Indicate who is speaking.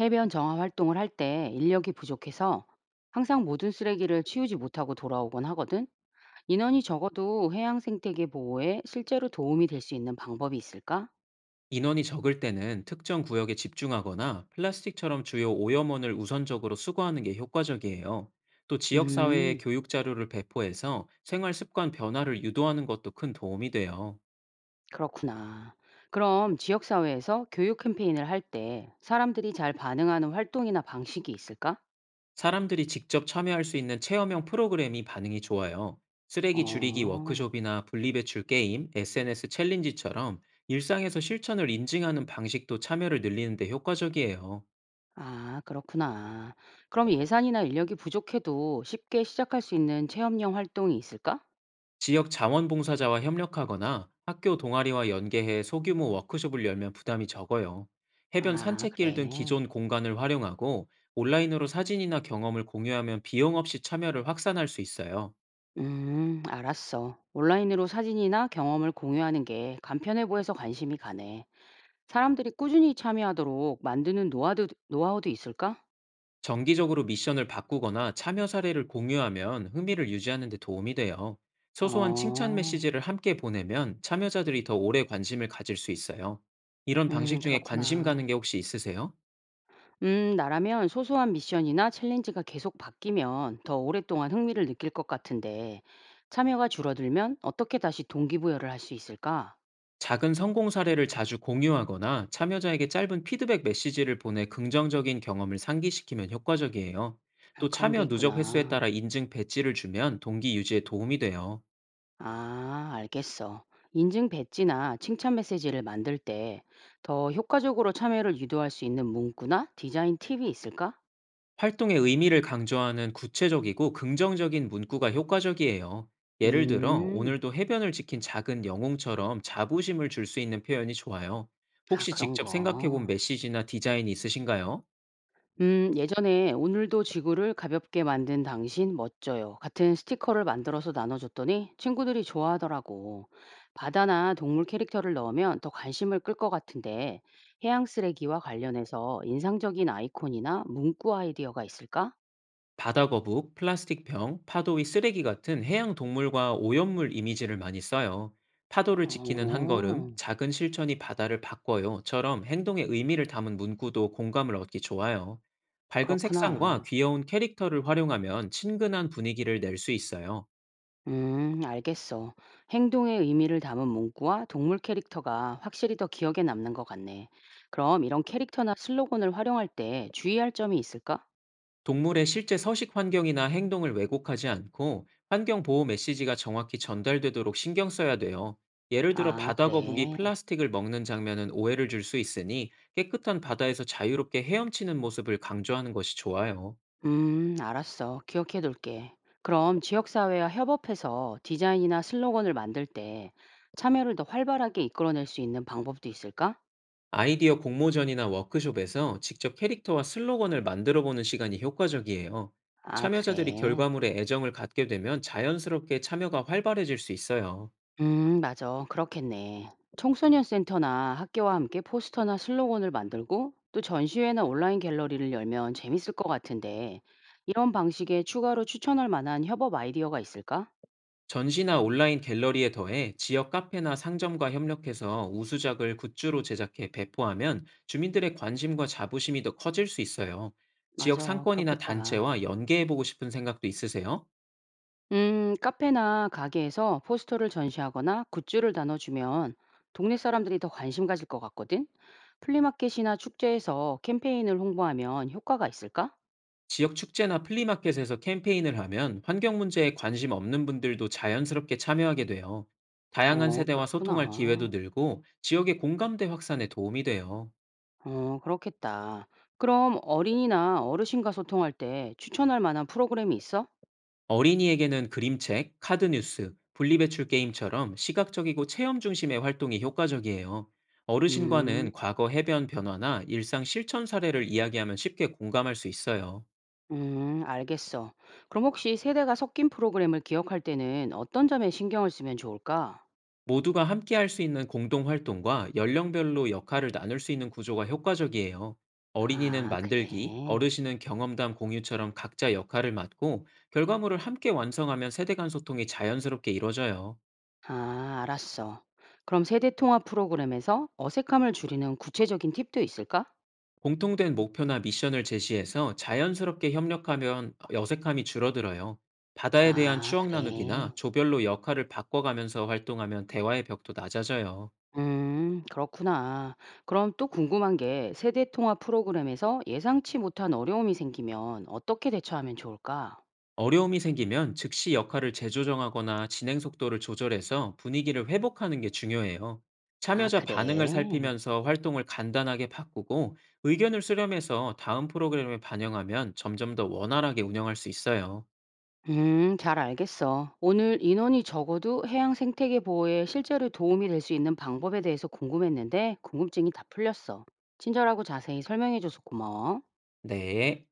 Speaker 1: 해변 정화 활동을 할 때 인력이 부족해서 항상 모든 쓰레기를 치우지 못하고 돌아오곤 하거든. 인원이 적어도 해양 생태계 보호에 실제로 도움이 될 수 있는 방법이 있을까?
Speaker 2: 인원이 적을 때는 특정 구역에 집중하거나 플라스틱처럼 주요 오염원을 우선적으로 수거하는 게 효과적이에요. 또 지역사회에
Speaker 1: 음,
Speaker 2: 교육 자료를 배포해서 생활 습관 변화를 유도하는 것도 큰 도움이 돼요.
Speaker 1: 그렇구나. 그럼 지역사회에서 교육 캠페인을 할 때 사람들이 잘 반응하는 활동이나 방식이 있을까?
Speaker 2: 사람들이 직접 참여할 수 있는 체험형 프로그램이 반응이 좋아요. 쓰레기 줄이기
Speaker 1: 어,
Speaker 2: 워크숍이나 분리배출 게임, SNS 챌린지처럼 일상에서 실천을 인증하는 방식도 참여를 늘리는데 효과적이에요.
Speaker 1: 아, 그렇구나. 그럼 예산이나 인력이 부족해도 쉽게 시작할 수 있는 체험형 활동이 있을까?
Speaker 2: 지역 자원봉사자와 협력하거나 학교 동아리와 연계해 소규모 워크숍을 열면 부담이 적어요. 해변
Speaker 1: 아,
Speaker 2: 산책길 등
Speaker 1: 그래.
Speaker 2: 기존 공간을 활용하고 온라인으로 사진이나 경험을 공유하면 비용 없이 참여를 확산할 수 있어요.
Speaker 1: 알았어. 온라인으로 사진이나 경험을 공유하는 게 간편해 보여서 관심이 가네. 사람들이 꾸준히 참여하도록 만드는 노하우도 있을까?
Speaker 2: 정기적으로 미션을 바꾸거나 참여 사례를 공유하면 흥미를 유지하는 데 도움이 돼요. 소소한 칭찬
Speaker 1: 어,
Speaker 2: 메시지를 함께 보내면 참여자들이 더 오래 관심을 가질 수 있어요. 이런 방식 중에 관심
Speaker 1: 그렇구나.
Speaker 2: 가는 게 혹시 있으세요?
Speaker 1: 나라면 소소한 미션이나 챌린지가 계속 바뀌면 더 오랫동안 흥미를 느낄 것 같은데, 참여가 줄어들면 어떻게 다시 동기부여를 할 수 있을까?
Speaker 2: 작은 성공 사례를 자주 공유하거나 참여자에게 짧은 피드백 메시지를 보내 긍정적인 경험을 상기시키면 효과적이에요.
Speaker 1: 아,
Speaker 2: 또
Speaker 1: 그런 게
Speaker 2: 참여 누적 횟수에
Speaker 1: 있구나.
Speaker 2: 따라 인증 배지를 주면 동기 유지에 도움이 돼요.
Speaker 1: 아, 알겠어. 인증 배지나 칭찬 메시지를 만들 때 더 효과적으로 참여를 유도할 수 있는 문구나 디자인 팁이 있을까?
Speaker 2: 활동의 의미를 강조하는 구체적이고 긍정적인 문구가 효과적이에요. 예를 들어,
Speaker 1: 음,
Speaker 2: 오늘도 해변을 지킨 작은 영웅처럼 자부심을 줄 수 있는 표현이 좋아요.
Speaker 1: 아,
Speaker 2: 혹시
Speaker 1: 그런
Speaker 2: 직접 생각해 본
Speaker 1: 거.
Speaker 2: 메시지나 디자인이 있으신가요?
Speaker 1: 예전에 오늘도 지구를 가볍게 만든 당신 멋져요. 같은 스티커를 만들어서 나눠줬더니 친구들이 좋아하더라고. 바다나 동물 캐릭터를 넣으면 더 관심을 끌 것 같은데 해양 쓰레기와 관련해서 인상적인 아이콘이나 문구 아이디어가 있을까?
Speaker 2: 바다거북, 플라스틱병, 파도 위 쓰레기 같은 해양 동물과 오염물 이미지를 많이 써요. 파도를 지키는 한 걸음,
Speaker 1: 어.
Speaker 2: 작은 실천이 바다를 바꿔요.처럼 행동의 의미를 담은 문구도 공감을 얻기 좋아요. 밝은 색상과
Speaker 1: 그렇구나.
Speaker 2: 귀여운 캐릭터를 활용하면 친근한 분위기를 낼 수 있어요.
Speaker 1: 알겠어. 행동의 의미를 담은 문구와 동물 캐릭터가 확실히 더 기억에 남는 것 같네. 그럼 이런 캐릭터나 슬로건을 활용할 때 주의할 점이 있을까?
Speaker 2: 동물의 실제 서식 환경이나 행동을 왜곡하지 않고 환경 보호 메시지가 정확히 전달되도록 신경 써야 돼요. 예를 들어
Speaker 1: 아,
Speaker 2: 바다 거북이
Speaker 1: 그래.
Speaker 2: 플라스틱을 먹는 장면은 오해를 줄 수 있으니 깨끗한 바다에서 자유롭게 헤엄치는 모습을 강조하는 것이 좋아요.
Speaker 1: 알았어. 기억해 둘게. 그럼 지역사회와 협업해서 디자인이나 슬로건을 만들 때 참여를 더 활발하게 이끌어낼 수 있는 방법도 있을까?
Speaker 2: 아이디어 공모전이나 워크숍에서 직접 캐릭터와 슬로건을 만들어 보는 시간이 효과적이에요.
Speaker 1: 아,
Speaker 2: 참여자들이
Speaker 1: 그래.
Speaker 2: 결과물에 애정을 갖게 되면 자연스럽게 참여가 활발해질 수 있어요.
Speaker 1: 맞아. 그렇겠네. 청소년 센터나 학교와 함께 포스터나 슬로건을 만들고 또 전시회나 온라인 갤러리를 열면 재밌을 것 같은데 이런 방식에 추가로 추천할 만한 협업 아이디어가 있을까?
Speaker 2: 전시나 온라인 갤러리에 더해 지역 카페나 상점과 협력해서 우수작을 굿즈로 제작해 배포하면 주민들의 관심과 자부심이 더 커질 수 있어요. 지역
Speaker 1: 맞아.
Speaker 2: 상권이나
Speaker 1: 그렇겠다.
Speaker 2: 단체와 연계해보고 싶은 생각도 있으세요?
Speaker 1: 카페나 가게에서 포스터를 전시하거나 굿즈를 나눠주면 동네 사람들이 더 관심 가질 것 같거든? 플리마켓이나 축제에서 캠페인을 홍보하면 효과가 있을까?
Speaker 2: 지역 축제나 플리마켓에서 캠페인을 하면 환경 문제에 관심 없는 분들도 자연스럽게 참여하게 돼요. 다양한
Speaker 1: 어,
Speaker 2: 세대와 소통할 기회도
Speaker 1: 그렇구나.
Speaker 2: 늘고 지역의 공감대 확산에 도움이 돼요.
Speaker 1: 어, 그렇겠다. 그럼 어린이나 어르신과 소통할 때 추천할 만한 프로그램이 있어?
Speaker 2: 어린이에게는 그림책, 카드뉴스, 분리배출 게임처럼 시각적이고 체험 중심의 활동이 효과적이에요.
Speaker 1: 음,
Speaker 2: 어르신과는 과거 해변 변화나 일상 실천 사례를 이야기하면 쉽게 공감할 수 있어요.
Speaker 1: 알겠어. 그럼 혹시 세대가 섞인 프로그램을 기억할 때는 어떤 점에 신경을 쓰면 좋을까?
Speaker 2: 모두가 함께 할 수 있는 공동 활동과 연령별로 역할을 나눌 수 있는 구조가 효과적이에요. 어린이는
Speaker 1: 아,
Speaker 2: 만들기,
Speaker 1: 그래.
Speaker 2: 어르신은 경험담 공유처럼 각자 역할을 맡고 결과물을 함께 완성하면 세대 간 소통이 자연스럽게 이뤄져요.
Speaker 1: 아, 알았어. 그럼 세대 통합 프로그램에서 어색함을 줄이는 구체적인 팁도 있을까?
Speaker 2: 공통된 목표나 미션을 제시해서 자연스럽게 협력하면 어색함이 줄어들어요. 바다에 대한
Speaker 1: 아,
Speaker 2: 추억 나누기나
Speaker 1: 그래.
Speaker 2: 조별로 역할을 바꿔가면서 활동하면 대화의 벽도 낮아져요.
Speaker 1: 그렇구나. 그럼 또 궁금한 게 세대 통합 프로그램에서 예상치 못한 어려움이 생기면 어떻게 대처하면 좋을까?
Speaker 2: 어려움이 생기면 즉시 역할을 재조정하거나 진행 속도를 조절해서 분위기를 회복하는 게 중요해요.
Speaker 1: 아,
Speaker 2: 참여자 반응을
Speaker 1: 그래.
Speaker 2: 살피면서 활동을 간단하게 바꾸고 의견을 수렴해서 다음 프로그램에 반영하면 점점 더 원활하게 운영할 수 있어요.
Speaker 1: 잘 알겠어. 오늘 인원이 적어도 해양 생태계 보호에 실제로 도움이 될 수 있는 방법에 대해서 궁금했는데 궁금증이 다 풀렸어. 친절하고 자세히 설명해줘서 고마워.
Speaker 2: 네.